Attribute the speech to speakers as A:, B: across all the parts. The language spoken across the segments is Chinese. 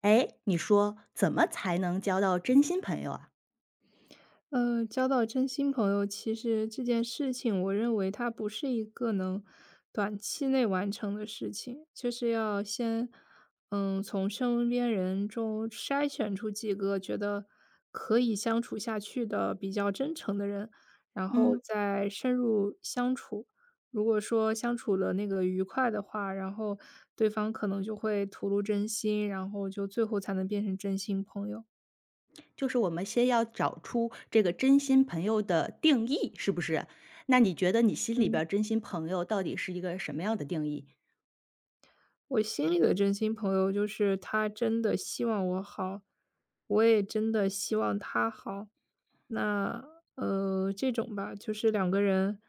A: 哎，你说怎么才能交到真心朋友啊？
B: 交到真心朋友，其实这件事情，我认为它不是一个能短期内完成的事情，就是要先，从身边人中筛选出几个觉得可以相处下去的、比较真诚的人，然后
A: 嗯，
B: 再深入相处。如果说相处的那个愉快的话，然后对方可能就会吐露真心，然后就最后才能变成真心朋友。
A: 就是我们先要找出这个真心朋友的定义，是不是？那你觉得你心里
B: 嗯。
A: 边儿真心朋友到底是一个什么样的定义？
B: 我心里的真心朋友就是他真的希望我好，我也真的希望他好。那这种吧，就是两个人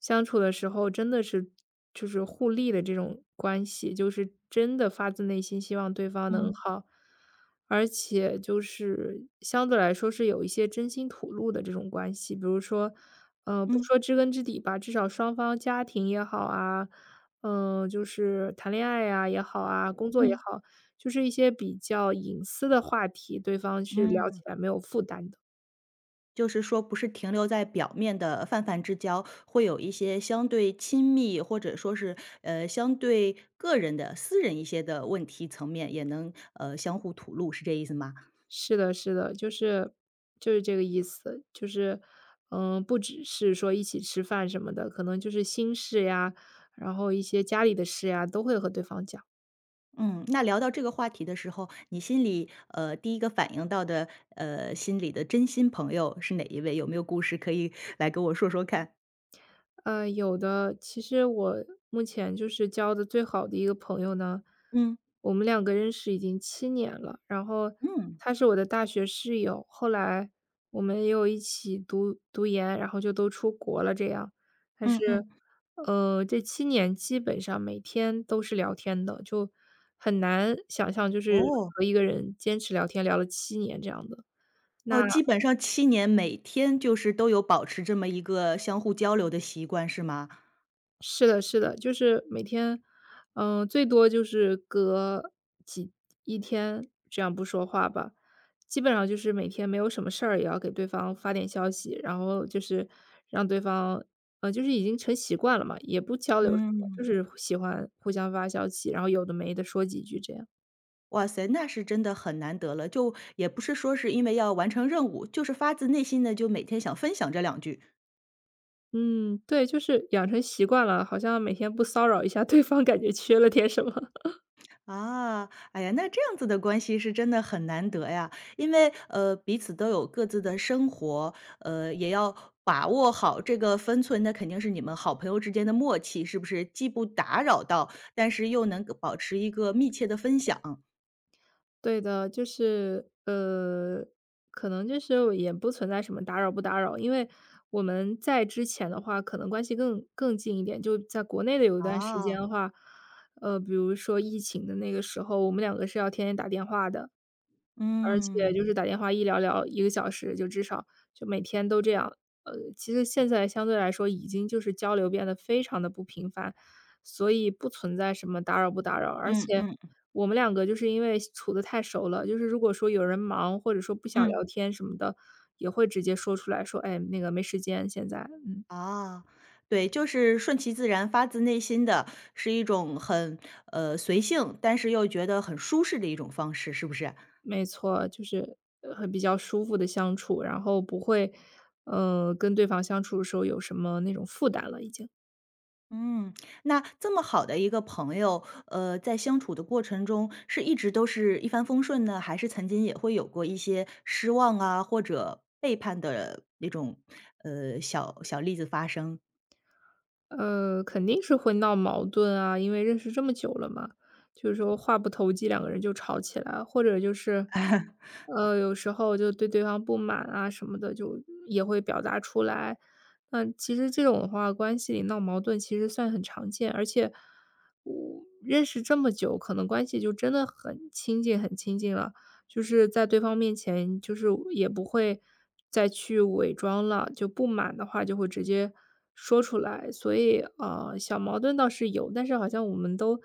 B: 相处的时候，真的是就是互利的这种关系，就是真的发自内心希望对方能
A: 嗯
B: 好，而且就是相对来说是有一些真心吐露的这种关系，比如说，不
A: 嗯
B: 说知根知底吧，至少双方家庭也好啊。嗯，就是谈恋爱呀也好啊，工作也
A: 嗯，
B: 好，就是一些比较隐私的话题，对方是聊起
A: 嗯
B: 来没有负担的。
A: 就是说不是停留在表面的泛泛之交，会有一些相对亲密或者说是相对个人的私人一些的问题层面，也能相互吐露，是这意思吗？
B: 是的，是的，就是这个意思，就是不只是说一起吃饭什么的，可能就是心事呀，然后一些家里的事呀，都会和对方讲。
A: 嗯，那聊到这个话题的时候，你心里，第一个反应到的，心里的真心朋友是哪一位？有没有故事可以来跟我说说看？
B: 有的。其实我目前就是交的最好的一个朋友呢，
A: 嗯。
B: 我们两个认识已经七年了。然后
A: 嗯，
B: 他是我的大学室友，后来我们又一起读研，然后就都出国了这样。但
A: 嗯
B: 是，
A: 嗯。
B: 这七年基本上每天都是聊天的，就很难想象就是
A: 哦。
B: 和一个人坚持聊天聊了七年这样的。
A: 哦，
B: 那
A: 基本上7年每天就是都有保持这么一个相互交流的习惯是吗？
B: 是的是的，就是每天，最多就是隔几一天这样不说话吧。基本上就是每天没有什么事儿，也要给对方发点消息，然后就是让对方就是已经成习惯了嘛，也不交流什么，
A: 嗯，
B: 就是喜欢互相发消息，然后有的没的说几句这样。
A: 哇塞，那是真的很难得了，就也不是说是因为要完成任务，就是发自内心的就每天想分享这两句。
B: 嗯，对，就是养成习惯了，好像每天不骚扰一下 对方，感觉缺了点什么。
A: 啊，哎呀，那这样子的关系是真的很难得呀，因为彼此都有各自的生活，也要把握好这个分寸，那肯定是你们好朋友之间的默契，是不是？既不打扰到，但是又能够保持一个密切的分享。
B: 对的，就是，可能就是也不存在什么打扰不打扰，因为我们在之前的话，可能关系更近一点。就在国内的有一段时间
A: 啊，
B: 的话，比如说疫情的那个时候，我们两个是要天天打电话的。而且
A: 嗯，
B: 就是打电话一聊聊1个小时，就至少就每天都这样。其实现在相对来说已经就是交流变得非常的不频繁，所以不存在什么打扰不打扰。而
A: 嗯
B: 且
A: 嗯
B: 我们两个就是因为处的太熟了，就是如果说有人忙或者说不想聊
A: 嗯，
B: 天什么的，也会直接说出来说：“哎，那个没时间现在。”嗯，
A: 啊，对，就是顺其自然，发自内心的，是一种很随性，但是又觉得很舒适的一种方式，是不是？
B: 没错，就是很比较舒服的相处，然后不会，跟对方相处的时候有什么那种负担了已经。
A: 嗯，那这么好的一个朋友，在相处的过程中，是一直都是一帆风顺呢，还是曾经也会有过一些失望啊，或者背叛的那种，小小例子发生？
B: 肯定是会闹矛盾啊，因为认识这么久了嘛，就是说话不投机，两个人就吵起来或者就是，有时候就对对方不满啊什么的，就也会表达出来。那其实这种的话，关系里闹矛盾其实算很常见，而且我认识这么久，可能关系就真的很亲近，很亲近了。就是在对方面前，就是也不会再去伪装了，就不满的话就会直接说出来，所以，小矛盾倒是有，但是好像我们都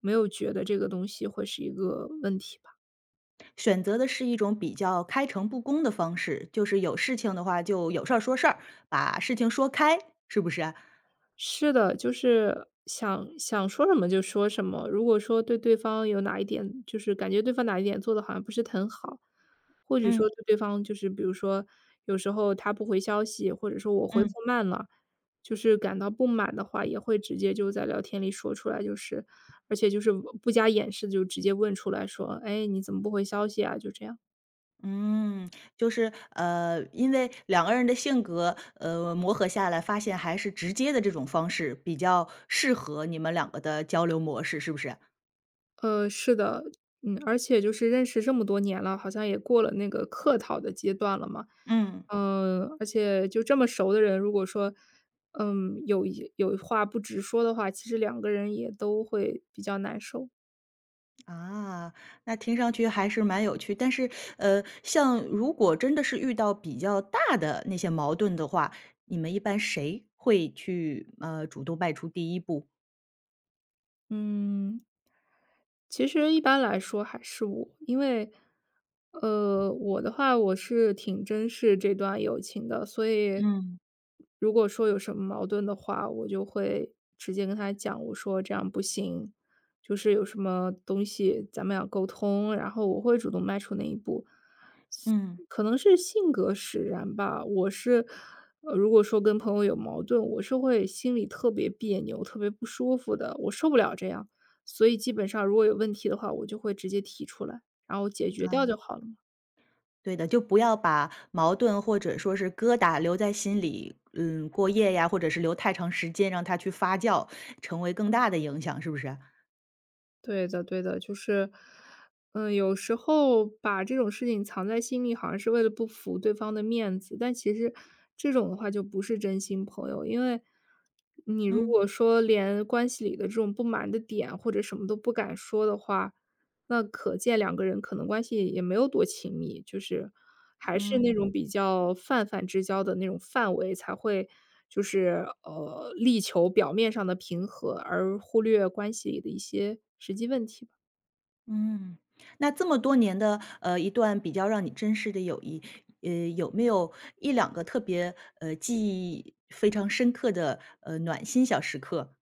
B: 没有觉得这个东西会是一个问题吧。
A: 选择的是一种比较开诚布公的方式，就是有事情的话就有事儿说事儿，把事情说开，是不是啊？
B: 是的，就是想想说什么就说什么。如果说对对方有哪一点，就是感觉对方哪一点做的好像不是很好，或者说
A: 嗯
B: 对对方就是比如说有时候他不回消息，或者说我回复
A: 嗯。
B: 慢了，就是感到不满的话，也会直接就在聊天里说出来，就是而且就是不加掩饰地就直接问出来说：“哎，你怎么不回消息啊？”就这样。
A: 嗯，就是，因为两个人的性格，磨合下来，发现还是直接的这种方式比较适合你们两个的交流模式，是不是？
B: 是的，而且就是认识这么多年了，好像也过了那个客套的阶段了嘛。
A: 嗯，
B: 而且就这么熟的人，如果说，有话不直说的话，其实两个人也都会比较难受。
A: 啊，那听上去还是蛮有趣。但是，像如果真的是遇到比较大的那些矛盾的话，你们一般谁会去，主动迈出第一步？
B: 嗯，其实一般来说还是我，因为，我的话我是挺珍视这段友情的，所以
A: 嗯。
B: 如果说有什么矛盾的话，我就会直接跟他讲，我说这样不行，就是有什么东西咱们要沟通，然后我会主动迈出那一步。
A: 嗯，
B: 可能是性格使然吧，如果说跟朋友有矛盾，我是会心里特别别扭、特别不舒服的，我受不了这样。所以基本上如果有问题的话，我就会直接提出来，然后解决掉就
A: 啊。
B: 好了嘛。
A: 对的，就不要把矛盾或者说是疙瘩留在心里，过夜呀，或者是留太长时间，让它去发酵，成为更大的影响，是不是啊？
B: 对的，对的，就是，有时候把这种事情藏在心里，好像是为了不服对方的面子，但其实这种的话就不是真心朋友，因为你如
A: 嗯
B: 果说连关系里的这种不满的点或者什么都不敢说的话，那可见两个人可能关系也没有多亲密，就是还是那
A: 嗯
B: 种比较泛泛之交的那种范围，才会就是力求表面上的平和，而忽略关系里的一些实际问题吧。
A: 嗯。那这么多年的一段比较让你珍视的友谊，有没有一两个特别记忆非常深刻的暖心小时刻？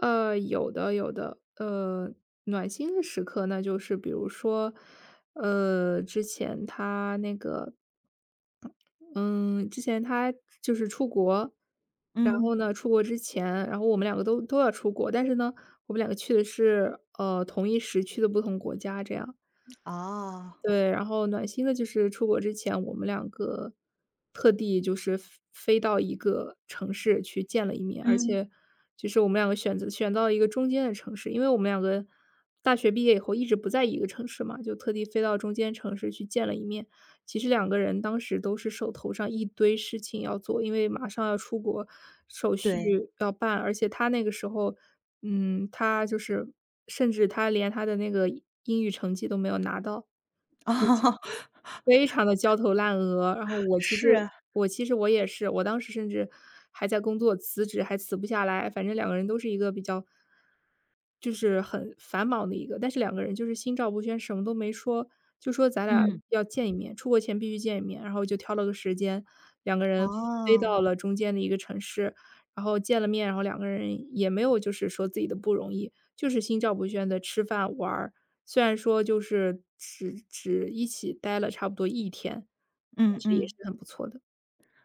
B: 有的有的，暖心的时刻那就是比如说，呃，之前他那个，嗯，之前他就是出国，然
A: 嗯，
B: 后出国之前，然后我们两个都要出国，但是呢，我们两个去的是同一时区的不同国家，这样。
A: 啊
B: 对，然后暖心的就是出国之前，我们两个特地就是飞到一个城市去见了一面，而嗯
A: 嗯，
B: 且就是我们两个选到一个中间的城市，因为我们两个大学毕业以后一直不在一个城市嘛，就特地飞到中间城市去见了一面。其实两个人当时都是手头上一堆事情要做，因为马上要出国，手续
A: 对，
B: 要办，而且他那个时候，他就是甚至他连他的那个英语成绩都没有拿到。
A: 哦，
B: 非常的焦头烂额。然后我其实
A: 是，
B: 我其实我也是，我当时甚至还在工作，辞职还辞不下来，反正两个人都是一个比较就是很繁忙的一个，但是两个人就是心照不宣，什么都没说，就说咱俩
A: 嗯，
B: 要见一面，出国前必须见一面。然后就挑了个时间，两个人飞到
A: 啊
B: 了中间的一个城市，然后见了面，然后两个人也没有就是说自己的不容易，就是心照不宣的吃饭玩儿，虽然说就是只一起待了差不多一天。
A: 嗯嗯。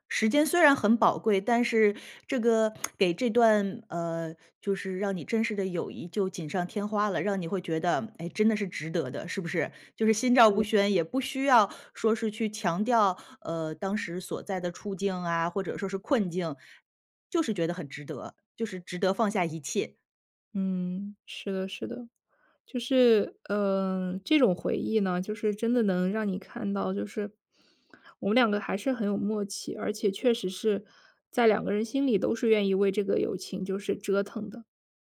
A: 时间虽然很宝贵，但是这个给这段，就是让你真实的友谊就锦上添花了，让你会觉得，哎，真的是值得的，是不是？就是心照不宣，也不需要说是去强调，当时所在的处境啊，或者说是困境，就是觉得很值得，就是值得放下一切。
B: 嗯，是的是的。就是，这种回忆呢，就是真的能让你看到，就是我们两个还是很有默契，而且确实是在两个人心里都是愿意为这个友情就是折腾的。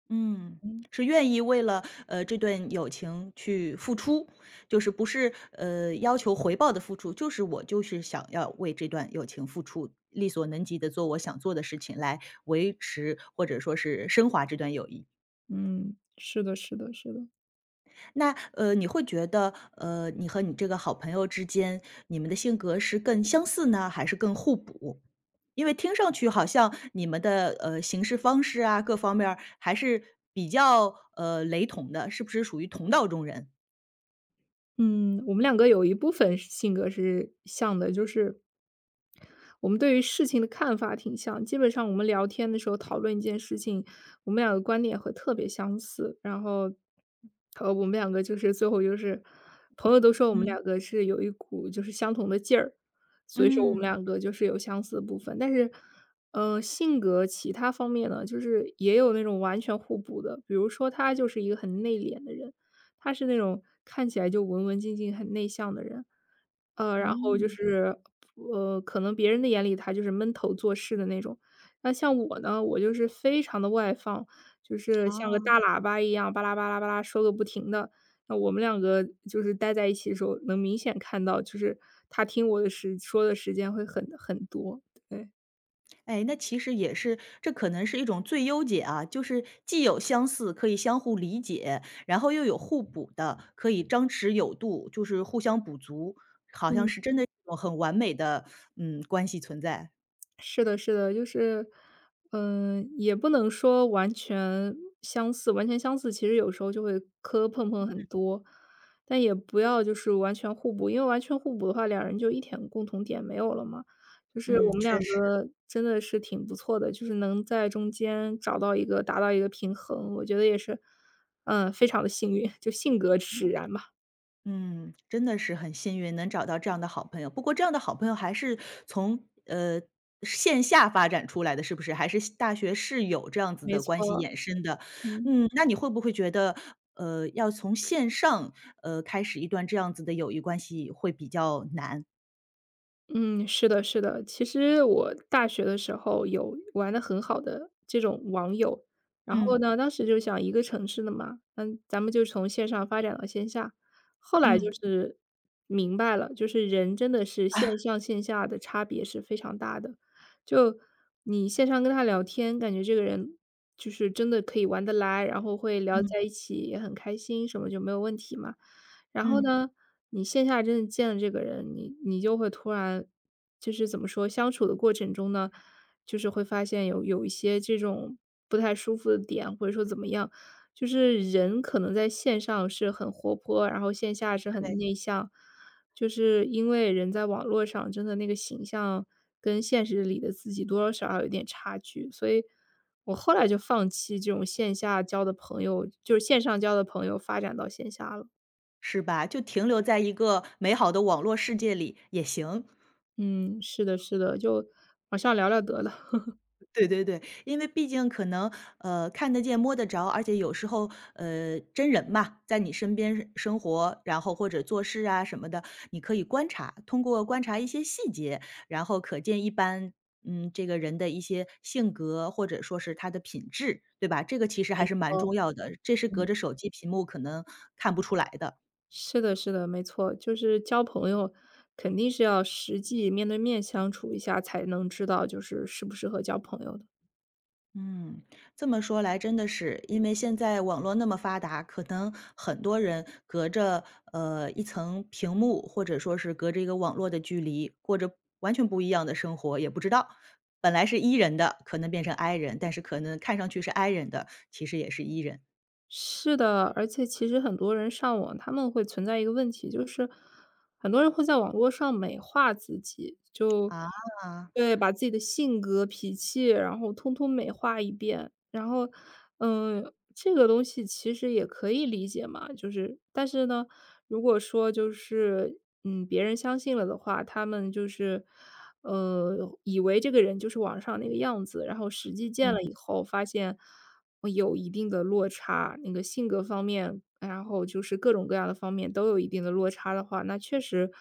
A: 嗯，
B: 嗯。
A: 是愿意为了，这段友情去付出，就是不是，要求回报的付出，就是我就是想要为这段友情付出，力所能及的做我想做的事情来维持，或者说是升华这段友谊。
B: 嗯，是的是的是的。
A: 那你会觉得你和你这个好朋友之间，你们的性格是更相似呢，还是更互补？因为听上去好像你们的行事方式啊，各方面儿还是比较雷同的，是不是属于同道中人？
B: 嗯，我们两个有一部分是性格是像的，就是我们对于事情的看法挺像。基本上我们聊天的时候讨论一件事情，我们两个观点会特别相似。然后，我们两个就是最后就是朋友都说我们
A: 嗯
B: 两个是有一股就是相同的劲儿，所以说我们
A: 嗯。
B: 两个就是有相似的部分。但是，性格其他方面呢，就是也有那种完全互补的。比如说他就是一个很内敛的人。他是那种看起来就文文静静、很内向的人，呃，然后嗯就
A: 嗯，
B: 是，可能别人的眼里他就是闷头做事的那种。那像我呢，我就是非常的外放，就是像个
A: 哦。
B: 大喇叭一样，巴拉巴拉巴拉说个不停的。那我们两个就是待在一起的时候，能明显看到，就是他听我的时说的时间会很多，对。
A: 哎，那其实也是，这可能是一种最优解啊，就是既有相似可以相互理解，然后又有互补的，可以张弛有度，就是互相补足，好像
B: 嗯。
A: 是真的一种很完美的，嗯，关系存在。
B: 是的，是的，就是，嗯、也不能说完全相似，完全相似，其实有时候就会磕磕碰碰很多，但也不要就是完全互补，因为完全互补的话，两人就一点共同点没有了嘛。就是我
A: 嗯，
B: 们
A: 确
B: 两
A: 实。
B: 个真的是挺不错的，就是能在中间找到一个达到一个平衡，我觉得也是，嗯，非常的幸运，就性格使然吧。
A: 嗯，真的是很幸运能找到这样的好朋友。不过这样的好朋友还是从，线下发展出来的，是不是？还是大学室友这样子
B: 没
A: 的关系
B: 错，
A: 衍生的。
B: 嗯。
A: 嗯，那你会不会觉得，要从线上，开始一段这样子的友谊关系会比较难？
B: 嗯，是的，是的。其实我大学的时候有玩的很好的这种网友，然后
A: 嗯，
B: 呢，当时就想一个城市的嘛，嗯，咱们就从线上发展到线下。后来就
A: 嗯，
B: 是明白了，就是人真的是线上线下的差别是非常大的。就你线上跟他聊天，感觉这个人就是真的可以玩得来，然后会聊
A: 嗯，
B: 在一起，也很开心，什么就没有问题嘛。然后
A: 嗯，
B: 呢，你线下真的见了这个人，你就会突然就是怎么说，相处的过程中呢，就是会发现有一些这种不太舒服的点，或者说怎么样，就是人可能在线上是很活泼，然后线下是很
A: 对，
B: 内向，就是因为人在网络上真的那个形象跟现实里的自己多多少少有点差距，所以我后来就放弃这种线下交的朋友，就是线上交的朋友，发展到线下了。
A: 是吧？就停留在一个美好的网络世界里也行。
B: 嗯，是的，是的，就往上聊聊得了。
A: 对对对，因为毕竟可能，看得见摸得着，而且有时候，真人嘛，在你身边生活，然后或者做事啊什么的，你可以观察，通过观察一些细节，然后可见一般，这个人的一些性格或者说是他的品质，对吧？这个其实还是蛮
B: 哦，
A: 重要的，这是隔着手机屏幕可能看不出来的。
B: 是的，是的，没错，就是交朋友，肯定是要实际面对面相处一下，才能知道就是适不适合交朋友的。
A: 嗯，这么说来真的是，因为现在网络那么发达，可能很多人隔着一层屏幕，或者说是隔着一个网络的距离，过着完全不一样的生活，也不知道本来是 E 人的，可能变成 I 人，但是可能看上去是 I 人的，其实也是 E 人
B: 是的，而且其实很多人上网，他们会存在一个问题，就是很多人会在网络上美化自己，就
A: 啊。
B: 对，把自己的性格、脾气，然后通通美化一遍。然后，嗯，这个东西其实也可以理解嘛，就是但是呢，如果说就是嗯，别人相信了的话，他们就是呃，以为这个人就是网上那个样子，然后实际见了以后发现。有一定的落差，那个性格方面，然后就是各种各样的方面都有一定的落差的话，那确实，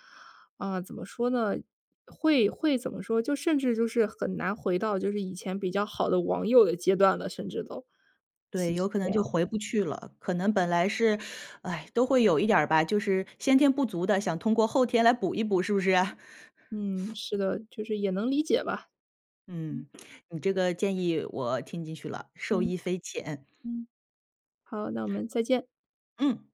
B: 啊，怎么说呢，会怎么说，就甚至就是很难回到就是以前比较好的网友的阶段了，甚至都。
A: 对，有可能就回不去了。可能本来是，哎，都会有一点儿吧，就是先天不足的，想通过后天来补一补，是不是啊？
B: 嗯，是的，就是也能理解吧。
A: 嗯，你这个建议我听进去了，受
B: 嗯。
A: 益匪浅。
B: 嗯。好，那我们再见。
A: 嗯。